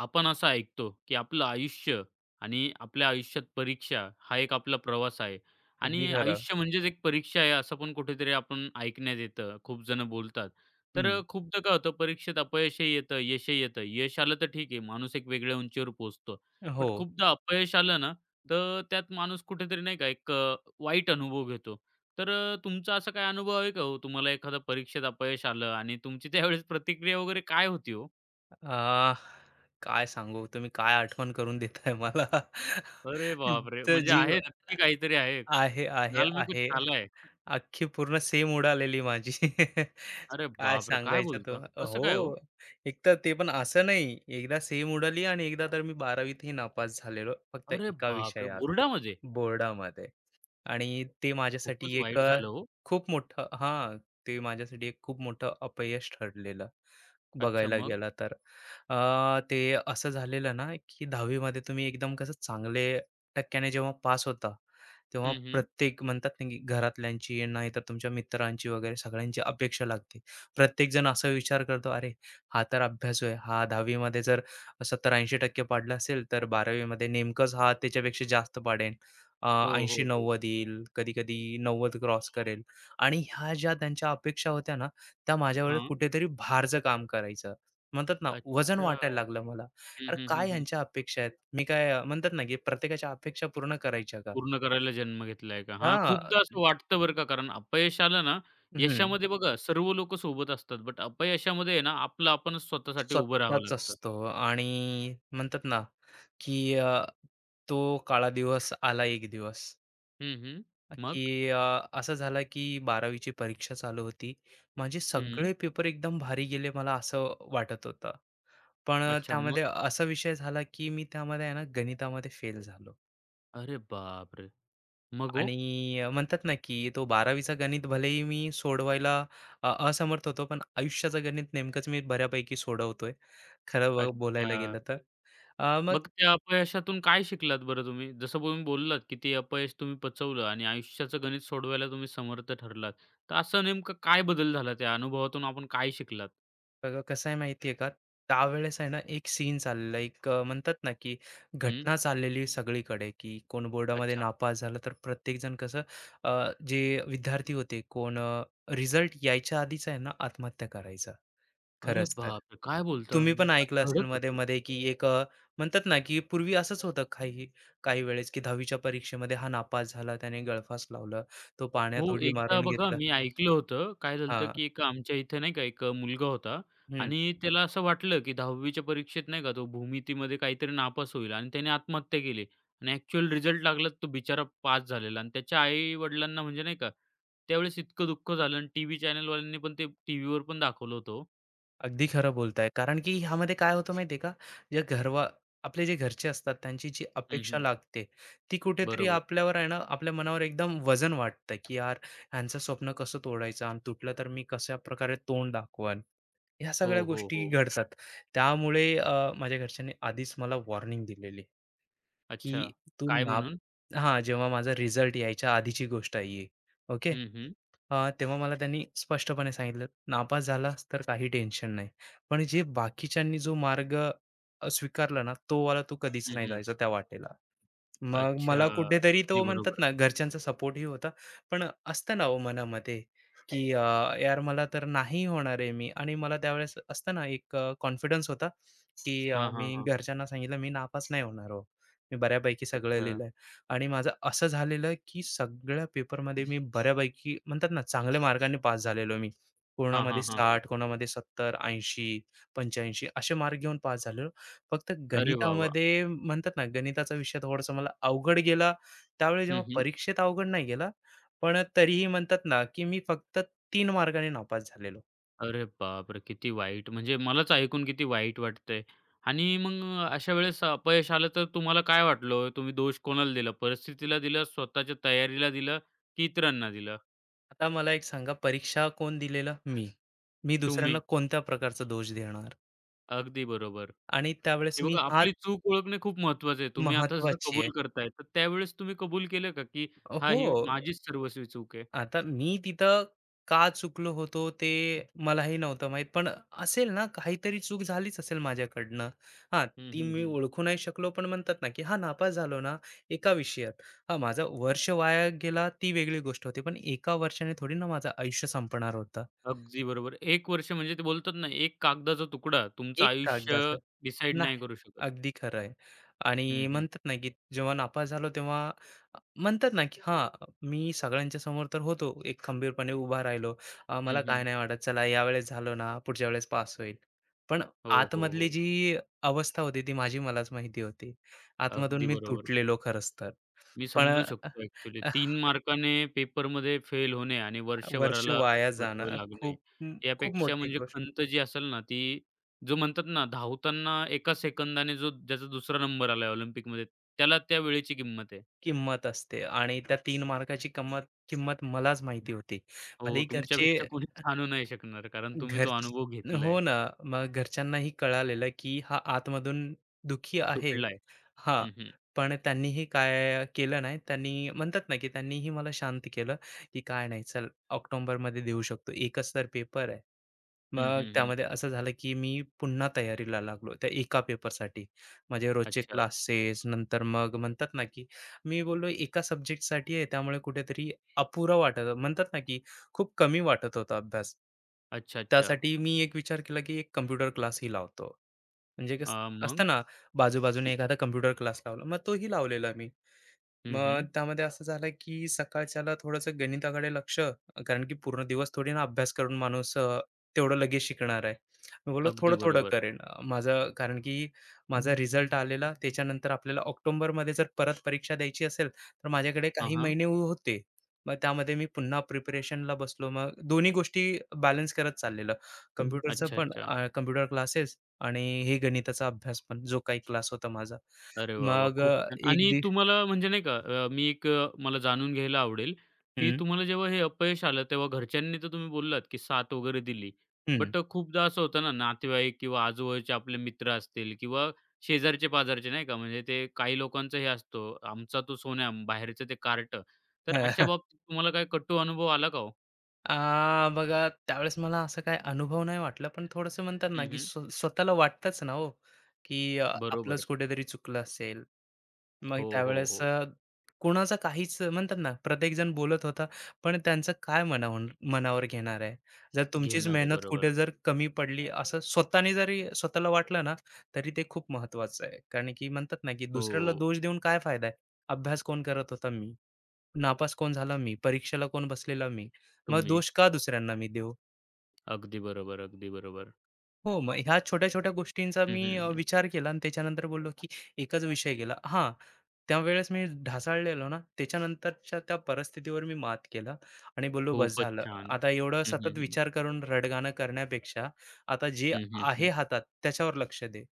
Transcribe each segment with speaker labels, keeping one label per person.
Speaker 1: आपण असं ऐकतो, की आपलं आयुष्य आणि आपल्या आयुष्यात परीक्षा हा एक आपला प्रवास आहे
Speaker 2: अगदी
Speaker 1: आणि
Speaker 2: खरं.
Speaker 1: आयुष्य म्हणजेच एक परीक्षा आहे असं पण कुठेतरी आपण ऐकण्यात येतं. खूप जण बोलतात. तर
Speaker 2: हं.
Speaker 1: खूपदा काय होतं परीक्षेत अपयशही येतं, यशही येतं. यश आलं तर ठीक आहे, माणूस एक वेगळ्या उंचीवर पोहोचतो.
Speaker 2: हो.
Speaker 1: बट खूपदा अपयश आलं ना, तर त्यात माणूस कुठेतरी नाही का एक वाईट अनुभव घेतो. तर तुमचा असा काय अनुभव आहे का हो? तुम्हाला एखादा परीक्षेत अपयश आलं आणि तुमची त्यावेळेस प्रतिक्रिया वगैरे काय होती हो?
Speaker 2: अ, काय सांगू तुम्ही काय आठवण करून देताय मला.
Speaker 1: अरे बापरे!
Speaker 2: तर
Speaker 1: म्हणजे
Speaker 2: जीव
Speaker 1: आहे नक्की काहीतरी आहे.
Speaker 2: आहे, आहे,
Speaker 1: "काल मैं कुछ
Speaker 2: आहे.
Speaker 1: खाला है."
Speaker 2: अख्खी पूर्ण सेम उडालेली माझी.
Speaker 1: अरे
Speaker 2: काय
Speaker 1: बापरे! काय
Speaker 2: सांगायचं तो
Speaker 1: बोलता? कसं काय हो?
Speaker 2: हो. एकतर ते पण असं नाही, एकदा सेम उडाली आणि एकदा तर मी 12वीत ही नापास झालेलो फक्त
Speaker 1: अरे
Speaker 2: एका
Speaker 1: बापरे!
Speaker 2: विषयात
Speaker 1: बोर्डामध्ये?
Speaker 2: बोर्डामध्ये. आणि ते माझ्यासाठी
Speaker 1: खूपच
Speaker 2: एक
Speaker 1: वाईट
Speaker 2: अ,
Speaker 1: झालं हो.
Speaker 2: खूप मोठं हां, ते माझ्यासाठी एक खूप मोठं अपयश ठरलेलं.
Speaker 1: अच्छा
Speaker 2: बघायला
Speaker 1: मग?
Speaker 2: गेला तर. ते असं झालेलं ना, की 10वी मध्ये तुम्ही एकदम कसं चांगले टक्क्याने जेव्हा पास होता, तेव्हा
Speaker 1: हं, हं.
Speaker 2: प्रत्येक म्हणतात ना, की घरातल्यांची नाहीतर तुमच्या मित्रांची वगैरे सगळ्यांची अपेक्षा लागते. प्रत्येकजण असा विचार करतो, "अरे, हा तर अभ्यासू आहे. हा 10वी मध्ये जर 70-80% पाडला असेल, तर 12वी मध्ये नेमकंच हा त्याच्यापेक्षा जास्त पाडेल.
Speaker 1: हो, हो, हो.
Speaker 2: 80-90 येईल, कधी-कधी 90 क्रॉस करेल." आणि ह्या ज्या त्यांच्या अपेक्षा होत्या ना, त्या माझ्यावर
Speaker 1: हां.
Speaker 2: कुठेतरी भारचं काम करायचं. म्हणतात ना, वजन
Speaker 1: अच्छा.
Speaker 2: वाटायला लागलं मला.
Speaker 1: हं,
Speaker 2: अरे,
Speaker 1: हं, हं,
Speaker 2: काय
Speaker 1: हं.
Speaker 2: ह्यांच्या अपेक्षा आहेत? मी काय म्हणतात ना, की प्रत्येकाच्या अपेक्षा पूर्ण करायच्या का?
Speaker 1: पूर्ण करायला जन्म घेतलाय का? हां,
Speaker 2: हां.
Speaker 1: खूपदा असं वाटतं बरं का, कारण अपयश आलं ना,
Speaker 2: हं.
Speaker 1: यशामध्ये बघा सर्व लोकं सोबत असतात, बट अपयशामध्ये आहे ना, आपलं आपणच स्वतःसाठी उभं राहावं
Speaker 2: स्वतःच
Speaker 1: लागतं.
Speaker 2: असतो आणि म्हणतात ना, की तो काळा दिवस आला एक दिवस,
Speaker 1: हं, हं.
Speaker 2: की
Speaker 1: मग?
Speaker 2: असं झालं की 12वी ची परीक्षा चालू होती. माझे
Speaker 1: हं.
Speaker 2: सगळे पेपर एकदम भारी गेले मला असं वाटत होतं. पण
Speaker 1: अच्छा मग?
Speaker 2: त्यामध्ये असा विषय झाला, की मी त्यामध्ये आहे ना, गणितामध्ये फेल झालो.
Speaker 1: अरे बापरे! मग हो?
Speaker 2: आणि म्हणतात ना की तो बारावीचा चा गणित भलेही मी सोडवायला असमर्थ होतो, पण आयुष्याचं गणित नेमकंच मी बऱ्यापैकी सोडवतोय. खरं बोलायला
Speaker 1: अच्छा.
Speaker 2: गेलं तर. अ, मग
Speaker 1: मग त्या अपयशातून काय शिकलात बरं तुम्ही? जसं तुम्ही बोललात, की ते अपयश तुम्ही पचवलं आणि आयुष्याचं गणित सोडवायला तुम्ही समर्थ ठरलात. तर असं नेमकं काय बदल झाला त्या अनुभवातून आपण काय शिकलात?
Speaker 2: बघा कसं आहे माहिती आहे का, त्यावेळेस आहे ना एक सीन चाललेला, एक म्हणतात ना की
Speaker 1: हं,
Speaker 2: घटना चाललेली सगळीकडे, की कोण बोर्डामध्ये
Speaker 1: अच्छा.
Speaker 2: नापास झालं, तर प्रत्येकजण कसं जे विद्यार्थी होते, कोण रिझल्ट यायच्या आधीच आहे ना आत्महत्या करायचा.
Speaker 1: अरे
Speaker 2: खरंच तर.
Speaker 1: बापरे! काय बोलता?
Speaker 2: तुम्ही पण ऐकलं
Speaker 1: असं
Speaker 2: असेल
Speaker 1: घडत होतं?
Speaker 2: मध्ये-मध्ये की एक म्हणतात ना की पूर्वी असंच होतं काही काही वेळेस की 10वी च्या परीक्षेमध्ये हा नापास झाला, त्याने गळफास लावलं, तो
Speaker 1: हो,
Speaker 2: पाण्यात उडी
Speaker 1: एकदा
Speaker 2: मारून
Speaker 1: बघा
Speaker 2: घेतला.
Speaker 1: मी ऐकलं होतं. काय झालं
Speaker 2: हां,
Speaker 1: की एक आमच्या इथे नाही का एक मुलगा होता
Speaker 2: हं.
Speaker 1: आणि त्याला असं वाटलं, की 10वी परीक्षेत नाही का तो भूमितीमध्ये काहीतरी नापास होईल आणि त्याने आत्महत्या केली आणि ॲक्चुअल रिझल्ट लागला तो बिचारा पास झालेला आणि त्याच्या आई-वडिलांना म्हणजे नाही का त्यावेळेस इतकं दुःख झालं आणि टीव्ही चॅनलवाल्यांनी पण ते टीव्हीवर पण दाखवलं होतं ओ.
Speaker 2: अगदी खरं बोलताय. कारण की ह्यामध्ये काय होतं माहिती आहे का? जे घरवा आपले जे घरचे असतात त्यांची जी
Speaker 1: हं,
Speaker 2: अपेक्षा
Speaker 1: हं.
Speaker 2: लागते, ती कुठेतरी
Speaker 1: बरोबर.
Speaker 2: आपल्यावर आहे ना, आपल्या मनावर एकदम वजन वाटतं की यार, ह्यांचं स्वप्न कसं तोडायचं आणि तुटलं तर मी कशा प्रकारे तोंड दाखवाल? ह्या सगळ्या
Speaker 1: हो, हो,
Speaker 2: गोष्टी
Speaker 1: हो.
Speaker 2: घडतात. त्यामुळे माझ्या घरच्यांनी आधीच मला वॉर्निंग दिलेली, की
Speaker 1: अच्छा.
Speaker 2: तू
Speaker 1: काय
Speaker 2: ना
Speaker 1: म्हणून?
Speaker 2: हां, जेव्हा माझा रिझल्ट यायच्या आधीची गोष्ट आहे ही. ओके.
Speaker 1: हं, हं.
Speaker 2: तेव्हा मला त्यांनी स्पष्टपणे सांगितलं, "नापास झालास तर काही टेन्शन नाही. पण जे बाकीच्यांनी जो मार्ग स्वीकारला ना, तोवाला तू कधीच
Speaker 1: हं,
Speaker 2: नाही
Speaker 1: हं.
Speaker 2: जायचा त्या वाटेला." मग
Speaker 1: अच्छा.
Speaker 2: मला कुठेतरी
Speaker 1: अगदी
Speaker 2: तो म्हणतात
Speaker 1: बरोबर.
Speaker 2: ना घरच्यांचा सपोर्टही होता. पण असतं ना हो मनामध्ये, की यार मला तर नाही होणार आहे मी आणि मला त्यावेळेस असतं ना एक कॉन्फिडन्स होता, की
Speaker 1: हां, हां,
Speaker 2: मी
Speaker 1: हां.
Speaker 2: घरच्यांना सांगितलं मी नापास नाही होणार हो. मी बऱ्यापैकी सगळं
Speaker 1: अच्छा.
Speaker 2: लिहिलंय आणि माझं असं झालेलं, की सगळ्या पेपरमध्ये मी बऱ्यापैकी म्हणतात ना चांगल्या मार्गाने पास झालेलो मी.
Speaker 1: हां,
Speaker 2: कोणामध्ये
Speaker 1: हां, हां, हां.
Speaker 2: 60, कोणामध्ये 70, 80, 85 असे मार्क घेऊन पास झालेलो. फक्त
Speaker 1: अरे वाह, वाह!
Speaker 2: गणितामध्ये म्हणतात ना, गणिताचा विषय थोडासा मला अवघड गेला. त्यावेळी जेव्हा
Speaker 1: हं, हं.
Speaker 2: परीक्षेत अवघड नाही गेला, पण तरीही म्हणतात ना, की मी फक्त 3 मार्काने नापास झालेलो.
Speaker 1: अरे बापरे! किती वाईट. म्हणजे मलाच ऐकून किती वाईट वाटतंय आणि मग अशा वेळेस अपयश आलं तर तुम्हाला काय वाटलं हो? तुम्ही दोष कोणाला दिला? परिस्थितीला दिला, स्वतःच्या तयारीला दिला की इतरांना दिला?
Speaker 2: आता मला एक सांगा, परीक्षा कोण दिलेला मी. मी दुसऱ्यांना
Speaker 1: तुम्ही.
Speaker 2: कोणत्या प्रकारचा दोष देणार?
Speaker 1: अगदी बरोबर.
Speaker 2: आणि त्यावेळेस
Speaker 1: हे
Speaker 2: मी
Speaker 1: बघा
Speaker 2: हाच
Speaker 1: आपली चूक ओळखणे खूप महत्वाचं आहे. तुम्ही आता जसं
Speaker 2: महत्त्वाची आहे.
Speaker 1: कबूल करताय, तर त्यावेळेस तुम्ही कबूल केलं का, की हां, ही
Speaker 2: हो.
Speaker 1: माझीच सर्वस्वी चूक आहे?
Speaker 2: आता मी तिथं का चुकलो होतो ते मलाही नव्हतं माहित, पण असेल ना काहीतरी चूक झालीच असेल माझ्याकडनं. हां,
Speaker 1: हं,
Speaker 2: ती
Speaker 1: हं,
Speaker 2: मी
Speaker 1: हं.
Speaker 2: ओळखू नाही शकलो, पण म्हणतात ना की हा नापास झालो ना एका विषयात. हा माझा वर्ष वाया गेला ती वेगळी गोष्ट होती, पण एका वर्षाने थोडी ना माझं आयुष्य संपणार होतं.
Speaker 1: अगदी बरोबर. 1 वर्ष म्हणजे ते बोलतात ना, एक कागदाचा तुकडा तुमचं
Speaker 2: एक
Speaker 1: आयुष्य
Speaker 2: कागदाचं
Speaker 1: डिसाईड नाही करू शकत.
Speaker 2: अगदी खरं आहे. आणि
Speaker 1: हं, हं.
Speaker 2: म्हणतात ना, की जेव्हा नापास झालो तेव्हा म्हणतात ना, की हां, मी सगळ्यांच्या समोर तर होतो, एक खंबीरपणे उभा राहिलो. मला
Speaker 1: हं,
Speaker 2: काय
Speaker 1: हं.
Speaker 2: नाही वाटत, चला यावेळेस झालो ना, पुढच्या वेळेस पास होईल. पण
Speaker 1: हो, हो,
Speaker 2: आतमधली
Speaker 1: हो.
Speaker 2: जी अवस्था होती, ती माझी मलाच माहिती होती. आतमधून
Speaker 1: अगदी
Speaker 2: मी
Speaker 1: बरोबर.
Speaker 2: तुटलेलो खरंच तर.
Speaker 1: मी
Speaker 2: पण
Speaker 1: समजू शकतो ॲक्चुअली.
Speaker 2: अ,
Speaker 1: 3 मार्काने पेपरमध्ये फेल होणे आणि
Speaker 2: वर्ष
Speaker 1: वर्षभराला
Speaker 2: वाया
Speaker 1: बसावे
Speaker 2: जाणं
Speaker 1: लागणे.
Speaker 2: खूप खूप
Speaker 1: यापेक्षा
Speaker 2: मोठी
Speaker 1: म्हणजे
Speaker 2: गोष्ट.
Speaker 1: खंत जी असेल ना, ती जो म्हणतात ना, धावताना 1 सेकंदाने जो ज्याचा 2रा नंबर आलाय ऑलिम्पिकमध्ये, त्याला त्या वेळेची किंमत आहे.
Speaker 2: किंमत असते आणि त्या 3 मार्काची किंमत किंमत मलाच माहिती होती.
Speaker 1: हो,
Speaker 2: भलेही घरचे
Speaker 1: तुमच्यापेक्षा कोणीच आणू नाही शकणार, कारण तुम्ही तो
Speaker 2: घरच
Speaker 1: अनुभव
Speaker 2: हो
Speaker 1: घेतलाय,
Speaker 2: ना. मग घरच्यांनाही कळालेलं, की हा आतमधून दुःखी आहे.
Speaker 1: तुटलाय.
Speaker 2: हां.
Speaker 1: हं, हं.
Speaker 2: पण त्यांनीही काय केलं नाही. त्यांनी म्हणतात ना, की त्यांनीही मला शांत केलं, की "काय नाही, चल ऑक्टोबरमध्ये देऊ शकतो. एकच तर पेपर आहे."
Speaker 1: हं,
Speaker 2: मग
Speaker 1: हं, हं.
Speaker 2: त्यामध्ये असं झालं, की मी पुन्हा तयारीला लागलो त्या एका पेपरसाठी. माझे रोजचे
Speaker 1: अच्छा.
Speaker 2: क्लासेस नंतर मग म्हणतात ना, की मी बोललो एका सब्जेक्टसाठी आहे त्यामुळे कुठेतरी अपुरा वाटत म्हणतात ना, की खूप कमी वाटत होता अभ्यास.
Speaker 1: अच्छा, अच्छा.
Speaker 2: त्यासाठी मी एक विचार केला, की एक कॉम्प्युटर क्लासही लावतो. म्हणजे कसं असतं
Speaker 1: मग?
Speaker 2: ना बाजूबाजूने एखादा कम्प्युटर क्लास लावला. मग तोही लावलेला मी.
Speaker 1: हं, हं.
Speaker 2: मग त्यामध्ये असं झालं की सकाळच्याला थोडंसं गणिताकडे लक्ष, कारण की पूर्ण दिवस थोडी ना अभ्यास करून माणूस तेवढं लगेच शिकणार आहे. मी बोललो
Speaker 1: अगदी
Speaker 2: थोडं थोडं
Speaker 1: बरोबर.
Speaker 2: करेन. माझं कारण की माझा रिझल्ट आलेला त्याच्यानंतर आपल्याला ऑक्टोबरमध्ये जर परत परीक्षा द्यायची असेल तर माझ्याकडे
Speaker 1: हां,
Speaker 2: काही
Speaker 1: हां.
Speaker 2: महिने होते. मग त्यामध्ये मी पुन्हा प्रिपरेशनला बसलो. मग दोन्ही गोष्टी बॅलन्स करत चाललेलं. कम्प्युटरचं
Speaker 1: अच्छा,
Speaker 2: पण
Speaker 1: अच्छा.
Speaker 2: कम्प्युटर क्लासेस आणि हे गणिताचा अभ्यास पण जो काही क्लास होता माझा.
Speaker 1: अरे वाह, वाह!
Speaker 2: मग
Speaker 1: खूप
Speaker 2: अ,
Speaker 1: छान.
Speaker 2: एक
Speaker 1: आणि
Speaker 2: दिव
Speaker 1: तुम्हाला म्हणजे नाही का मी एक मला जाणून घ्यायला आवडेल, की तुम्हाला जेव्हा हे अपयश आलं तेव्हा घरच्यांनी तर तुम्ही बोललात, की साथ वगैरे दिली. बट खूपदा असं होतं ना, नातेवाईक किंवा आजूबाजूचे आपले मित्र असतील किंवा शेजारचे-पाजारचे नाही का, म्हणजे ते काही लोकांचं हे असतो, आमचा तो सोन्याहून बाहेरचं ते कार्टं. तर अशा बाबतीत तुम्हाला काही कटू अनुभव आला का हो?
Speaker 2: बघा त्यावेळेस मला असं काही अनुभव नाही वाटला, पण थोडंसं म्हणतात ना,
Speaker 1: हं,
Speaker 2: की
Speaker 1: हं.
Speaker 2: स्वतःला वाटतंच ना हो, की आपलंच
Speaker 1: बरोबर.
Speaker 2: कुठेतरी चुकलं असेल. मग
Speaker 1: हो, हो,
Speaker 2: त्यावेळेस
Speaker 1: हो.
Speaker 2: कोणाचा काहीच म्हणतात ना, प्रत्येकजण बोलत होता, पण त्यांचं काय मनावर मनावर घेणार आहे. जर तुमचीच
Speaker 1: घेणारे.
Speaker 2: मेहनत कुठे
Speaker 1: बरोबर.
Speaker 2: जर कमी पडली, असं स्वतःने जरी स्वतःला वाटलं ना, तरी ते खूप महत्त्वाचं आहे. कारण की म्हणतात ना, की दुसऱ्याला
Speaker 1: हो,
Speaker 2: दोष देऊन काय फायदा आहे? अभ्यास कोण करत होता? मी. नापास कोण झाला? मी. परीक्षेला कोण बसलेला? मी. मग
Speaker 1: तुम्ही.
Speaker 2: दोष का दुसऱ्यांना मी देऊ?
Speaker 1: अगदी बरोबर, अगदी बरोबर.
Speaker 2: हो, मग ह्या छोट्या-छोट्या गोष्टींचा
Speaker 1: हं,
Speaker 2: मी
Speaker 1: हं, हं.
Speaker 2: विचार केला आणि त्याच्यानंतर बोललो, की एकच विषय गेला. हां, त्यावेळेस मी ढासळलेलो ना, त्याच्यानंतरच्या त्या परिस्थितीवर मी मात केला आणि बोललो, "बस
Speaker 1: खूपच
Speaker 2: झालं.
Speaker 1: छान.
Speaker 2: आता एवढं
Speaker 1: हं,
Speaker 2: सतत
Speaker 1: हं, हं.
Speaker 2: विचार करून रडगाणं करण्यापेक्षा आता जे
Speaker 1: हं, हं,
Speaker 2: आहे
Speaker 1: हं.
Speaker 2: हातात त्याच्यावर लक्ष दे."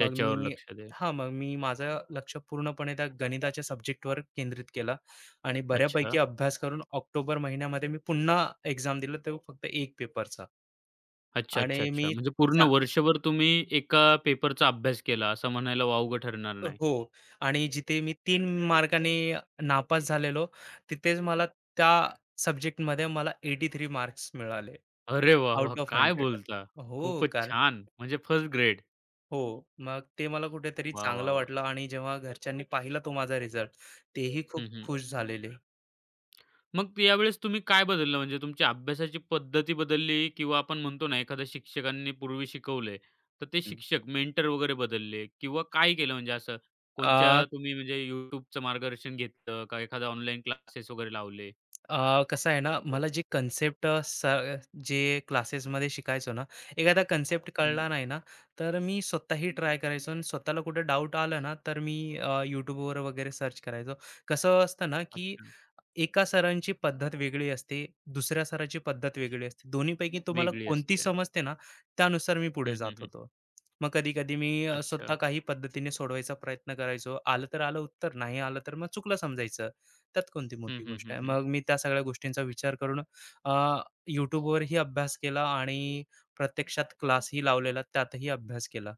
Speaker 2: मग मी
Speaker 1: लक्ष द्या.
Speaker 2: हां, मग मी माझं लक्ष पूर्णपणे त्या गणिताच्या सब्जेक्टवर केंद्रित केलं आणि बऱ्यापैकी
Speaker 1: अच्छा.
Speaker 2: अभ्यास करून ऑक्टोबर महिन्यामध्ये मी पुन्हा एक्झाम दिलं, तो फक्त एक पेपरचा.
Speaker 1: अच्छा,
Speaker 2: आणि
Speaker 1: अच्छा,
Speaker 2: मी
Speaker 1: अच्छा. म्हणजे पूर्ण
Speaker 2: चा
Speaker 1: वर्षभर तुम्ही एका पेपरचा अभ्यास केला असं म्हणायला वावगं ठरणार नाही.
Speaker 2: हो, आणि जिथे मी 3 मार्काने नापास झालेलो, तिथेच मला त्या सब्जेक्टमध्ये मला 83 मार्क्स मिळाले
Speaker 1: अरे वाह, वाह!
Speaker 2: आउट ऑफ
Speaker 1: काय
Speaker 2: 100.
Speaker 1: बोलता?
Speaker 2: हो,
Speaker 1: खूपच
Speaker 2: कारण
Speaker 1: छान. म्हणजे फर्स्ट ग्रेड.
Speaker 2: हो, मग ते मला कुठेतरी
Speaker 1: वाह, वाह,
Speaker 2: चांगलं
Speaker 1: वाह!
Speaker 2: वाटलं, आणि जेव्हा घरच्यांनी पाहिला तो माझा रिझल्ट, तेही
Speaker 1: हं,
Speaker 2: खूप
Speaker 1: हं.
Speaker 2: खुश झालेले.
Speaker 1: मग यावेळेस तुम्ही काय बदललं? म्हणजे तुमची अभ्यासाची पद्धती बदलली किंवा आपण म्हणतो ना, एखाद्या शिक्षकांनी पूर्वी शिकवलंय, तर ते शिक्षक मेंटर वगैरे बदलले किंवा काय केलं म्हणजे असं?
Speaker 2: अ,
Speaker 1: कोणच्या तुम्ही म्हणजे YouTubeचं मार्गदर्शन घेतलं का एखादा ऑनलाईन क्लासेस वगैरे लावले?
Speaker 2: अ, कसं आहे ना, मला जे कन्सेप्ट अ, स जे क्लासेसमध्ये शिकायचो ना, एखादा कन्सेप्ट कळला
Speaker 1: हं.
Speaker 2: नाही ना, तर मी स्वतःही ट्राय करायचो आणि स्वतःला कुठे डाऊट आला ना, तर मी YouTubeवर वगैरे सर्च करायचो. कसं असतं ना, की
Speaker 1: अच्छा.
Speaker 2: एका सरांची पद्धत वेगळी असते, दुसऱ्या सराची पद्धत वेगळी असते. दोन्हीपैकी तुम्हाला
Speaker 1: वेगळी
Speaker 2: कोणती
Speaker 1: असते.
Speaker 2: समजते ना, त्यानुसार मी पुढे
Speaker 1: हं, हं,
Speaker 2: जात
Speaker 1: हं.
Speaker 2: होतो. मग कधी-कधी मी स्वतः
Speaker 1: अच्छा.
Speaker 2: काही पद्धतीने सोडवायचा प्रयत्न करायचो. आलं तर आलं उत्तर, नाही आलं तर मग चुकलं समजायचं. त्यात कोणती
Speaker 1: हं,
Speaker 2: मोठी
Speaker 1: हं,
Speaker 2: गोष्ट
Speaker 1: हं,
Speaker 2: आहे.
Speaker 1: हं.
Speaker 2: मग मी त्या सगळ्या गोष्टींचा विचार करून अ, YouTubeवरही अभ्यास केला आणि प्रत्यक्षात क्लासही लावलेला, त्यातही अभ्यास केला.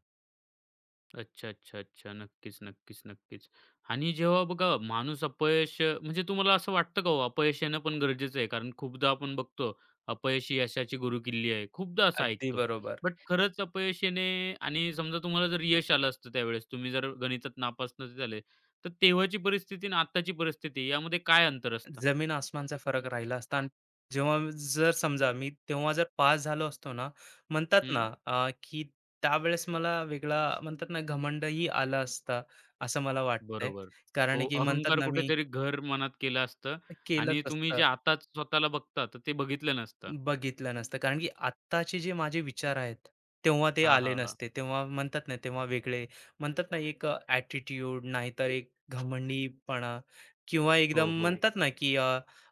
Speaker 1: अच्छा, अच्छा, अच्छा. नक्कीच, नक्कीच, नक्कीच. आणि जेव्हा बघा माणूस अपयश म्हणजे तुम्हाला असं वाटतं का हो अपयश येणं पण गरजेचं आहे? कारण खूपदा आपण बघतो अपयश ही यशाची गुरुकिल्ली आहे. खूपदा असं
Speaker 2: अगदी
Speaker 1: ऐकतो.
Speaker 2: बरोबर.
Speaker 1: बट खरंच अपयश येणे आणि समजा तुम्हाला जर यश आलं असतं त्यावेळेस, तुम्ही जर गणितात नापास नसे झाले, तर तेव्हाची परिस्थिती आणि आत्ताची परिस्थिती यामध्ये काय अंतर असतं?
Speaker 2: जमीन आसमानचा फरक राहिला असता, आणि जर समजा मी तेव्हा जर पास झालो असतो ना, म्हणतात ना
Speaker 1: हं,
Speaker 2: की त्यावेळेस मला वेगळा म्हणतात ना घमंडही आला असता, असं मला वाटतंय.
Speaker 1: बरोबर. हो,
Speaker 2: कारण की म्हणतात
Speaker 1: अहंकार
Speaker 2: ना, मी
Speaker 1: कुठेतरी घर मनात केलं असतं
Speaker 2: केलंच
Speaker 1: आणि तुम्ही जे
Speaker 2: असतं.
Speaker 1: आताच स्वतःला बघता, तर ते बघितलं नसतं.
Speaker 2: बघितलं नसतं. कारण की आत्ताचे जे माझे विचार आहेत, तेव्हा ते
Speaker 1: हां,
Speaker 2: आले
Speaker 1: हां, हां.
Speaker 2: नसते. तेव्हा म्हणतात ना, तेव्हा वेगळे म्हणतात ना, एक ॲटिट्यूड नाहीतर एक घमंडीपणा, किंवा
Speaker 1: हो,
Speaker 2: एकदम
Speaker 1: हो.
Speaker 2: म्हणतात ना, की अ,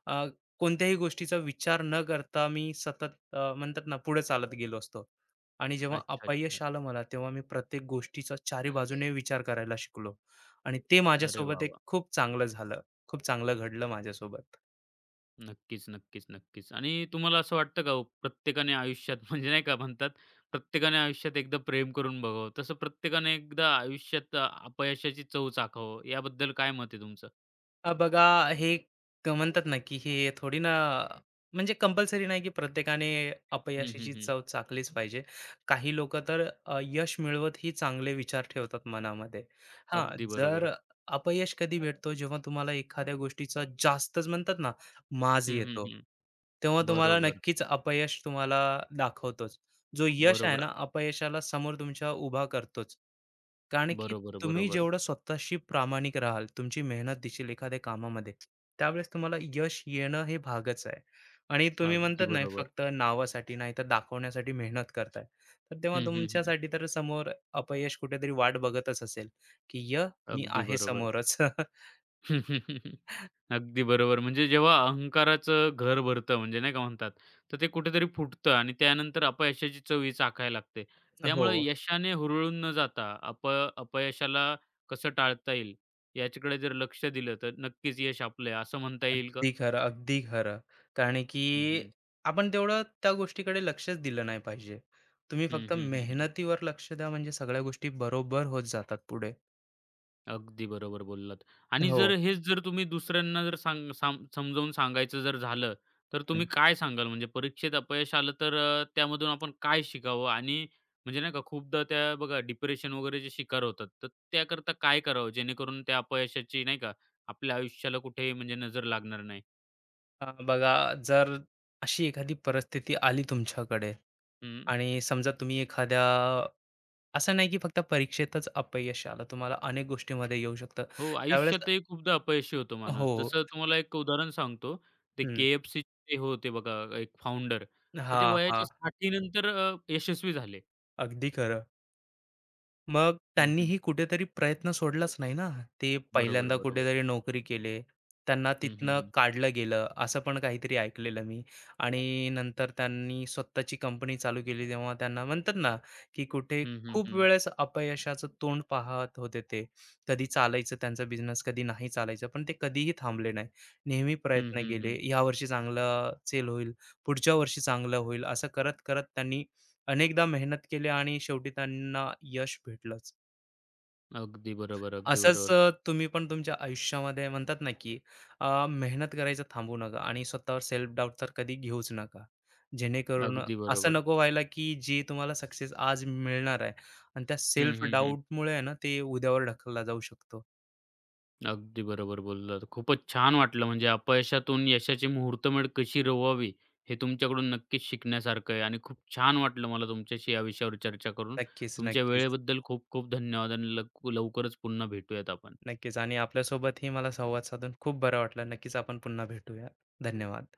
Speaker 2: अ, कोणत्याही गोष्टीचा विचार न करता मी सतत म्हणतात ना, पुढे चालत गेलो असतो. आणि जेव्हा
Speaker 1: अच्छा, अच्छा.
Speaker 2: अपयश आलं मला, तेव्हा मी प्रत्येक गोष्टीचा चारी बाजूने विचार करायला शिकलो, आणि ते
Speaker 1: अरे वाह,
Speaker 2: माझ्यासोबत एक
Speaker 1: वाह!
Speaker 2: खूप चांगलं झालं. खूप चांगलं घडलं माझ्यासोबत.
Speaker 1: नक्कीच, नक्कीच, नक्कीच. आणि तुम्हाला असं वाटतं का हो, प्रत्येकाने आयुष्यात म्हणजे नाही का म्हणतात, प्रत्येकाने आयुष्यात एकदा प्रेम करून बघावं, तसं प्रत्येकाने एकदा आयुष्यात अपयशाची चव चाखावं, याबद्दल काय मत आहे तुमचं?
Speaker 2: बघा हे क म्हणतात ना, की हे थोडी ना म्हणजे कंपल्सरी नाही, की प्रत्येकाने
Speaker 1: हं, हं,
Speaker 2: अपयशाची
Speaker 1: हं.
Speaker 2: चव चाखलीच पाहिजे. काही लोकं तर यश मिळवत ही चांगले विचार ठेवतात मनामध्ये. हां,
Speaker 1: अगदी
Speaker 2: जर
Speaker 1: बरोबर.
Speaker 2: अपयश कधी भेटतो जेव्हा तुम्हाला एखाद्या गोष्टीचा जास्तच म्हणतात ना, माज
Speaker 1: हं, हं,
Speaker 2: येतो.
Speaker 1: हं.
Speaker 2: तेव्हा तुम्हाला
Speaker 1: बरोबर,
Speaker 2: नक्कीच अपयश तुम्हाला दाखवतोच. जो यश आहे
Speaker 1: बरोबर,
Speaker 2: ना, अपयशाला समोर तुमच्या उभा करतोच. कारण की
Speaker 1: बरोबर,
Speaker 2: तुम्ही
Speaker 1: बरोबर.
Speaker 2: जेवढं स्वतःशी प्रामाणिक राहाल, तुमची मेहनत दिसेल एखाद्या कामामध्ये, त्यावेळेस तुम्हाला यश येणं हे भागच आहे. आणि तुम्ही म्हणतात
Speaker 1: अगदी
Speaker 2: नाही
Speaker 1: बरोबर.
Speaker 2: फक्त नावासाठी नाही तर दाखवण्यासाठी मेहनत करताय. तर तेव्हा
Speaker 1: हं, हं, हं.
Speaker 2: तुमच्यासाठी तर समोर अपयश कुठेतरी वाट बघतच असेल, की " मी
Speaker 1: अगदी
Speaker 2: आहे
Speaker 1: बरोबर.
Speaker 2: समोरच."
Speaker 1: अगदी बरोबर. म्हणजे जेव्हा अहंकाराचं घर भरतं म्हणजे नाही का म्हणतात, तर ते कुठेतरी फुटतं आणि त्यानंतर अपयशाची चव ही चाखायला लागते.
Speaker 2: हो,
Speaker 1: त्यामुळे यशाने हुरळून न जाता अपयशाला कसं टाळता येईल याच्याकडे जर लक्ष दिलं, तर नक्कीच यश आपलं आहे असं म्हणता येईल का?
Speaker 2: अगदी खरं, अगदी खरं. कारण की
Speaker 1: हं, हं.
Speaker 2: आपण तेवढं त्या गोष्टीकडे लक्षच दिलं नाही पाहिजे. तुम्ही
Speaker 1: हं,
Speaker 2: फक्त
Speaker 1: हं, हं,
Speaker 2: मेहनतीवर लक्ष द्या, म्हणजे सगळ्या गोष्टी बरोबर होत जातात पुढे.
Speaker 1: अगदी बरोबर बोललात आणि जर
Speaker 2: हो.
Speaker 1: हेच जर तुम्ही दुसऱ्यांना जर सांग साम समजावून सांगायचं जर झालं, तर तुम्ही काय सांगाल? म्हणजे परीक्षेत अपयश आलं तर त्यामधून आपण काय शिकावं? आणि म्हणजे नाही का खूपदा त्या बघा डिप्रेशन वगैरेचे शिकार होतात, तर त्याकरता काय करावं जेणेकरून त्या अपयशाची नाही का आपल्या आयुष्याला कुठेही म्हणजे नजर लागणार नाही?
Speaker 2: बघा जर अशी एखादी परिस्थिती आली तुमच्याकडे
Speaker 1: हं.
Speaker 2: आणि समजा तुम्ही एखाद्या असं नाही की फक्त परीक्षेतच अपयश आलं, तुम्हाला अनेक गोष्टीमध्ये येऊ शकतं
Speaker 1: हो,
Speaker 2: त्यावेळेस.
Speaker 1: आयुष्यातही खूपदा अपयशी होतो
Speaker 2: हो.
Speaker 1: माणूस. जसं तुम्हाला एक उदाहरण सांगतो, ते
Speaker 2: हम्म.
Speaker 1: KFCचे होते बघा एक फाउंडर, तर
Speaker 2: हा.
Speaker 1: ते
Speaker 2: हा.
Speaker 1: वयाच्या 60 नंतर यशस्वी झाले.
Speaker 2: अगदी खरं. मग
Speaker 1: हं, हं.
Speaker 2: त्यांनीही कुठेतरी प्रयत्न सोडलाच नाही ना. ते
Speaker 1: बरोबर,
Speaker 2: पहिल्यांदा
Speaker 1: बरोबर.
Speaker 2: कुठेतरी नोकरी केले. त्यांना
Speaker 1: हं, हं,
Speaker 2: तिथनं
Speaker 1: हं.
Speaker 2: काढलं गेलं, असं पण काहीतरी ऐकलेलं मी. आणि नंतर त्यांनी स्वतःची कंपनी चालू केली, तेव्हा त्यांना म्हणतात ना, की
Speaker 1: हं, हं,
Speaker 2: खूप
Speaker 1: हं.
Speaker 2: वेळेस अपयशाचं तोंड पाहत होते ते. कधी चालायचं त्यांचा बिझनेस, कधी नाही चालायचं. पण ते कधीही थांबले नाही. नेहमी
Speaker 1: हं,
Speaker 2: प्रयत्न
Speaker 1: हं,
Speaker 2: केले.
Speaker 1: हं.
Speaker 2: यावर्षी चांगलं सेल होईल, पुढच्या वर्षी चांगलं होईल, असं करत-करत त्यांनी अनेकदा मेहनत केली आणि शेवटी त्यांना यश भेटलंच.
Speaker 1: अगदी बरोबर, अगदी
Speaker 2: असंच
Speaker 1: बरोबर.
Speaker 2: तुम्ही पण तुमच्या आयुष्यामध्ये म्हणतात ना, की मेहनत करायचं थांबू नका आणि स्वतःवर सेल्फ डाऊट तर कधी घेऊच नका. जेणेकरून
Speaker 1: अगदी
Speaker 2: असं
Speaker 1: बरोबर.
Speaker 2: नको व्हायला, की जे तुम्हाला सक्सेस आज मिळणार आहे आणि त्या
Speaker 1: हं,
Speaker 2: सेल्फ
Speaker 1: हं, हं.
Speaker 2: डाऊटमुळे आहे ना, ते उद्यावर ढकलला जाऊ शकतो.
Speaker 1: अगदी बरोबर बोललात. खूपच छान वाटलं म्हणजे अपयशातून यशाची मुहूर्तमेढ कशी रोवावी हे तुमच्याकडून नक्कीच शिकण्यासारखं आहे आणि खूप छान वाटलं मला तुमच्याशी या विषयावर चर्चा करून.
Speaker 2: नक्कीच,
Speaker 1: तुमच्या
Speaker 2: नक्कीच,
Speaker 1: वेळेबद्दल खूप खूप धन्यवाद आणि लवकरच पुन्हा भेटूयात आपण.
Speaker 2: नक्कीच, आणि आपल्यासोबतही मला संवाद साधून खूप बरं वाटलं. नक्कीच आपण पुन्हा भेटूया. धन्यवाद.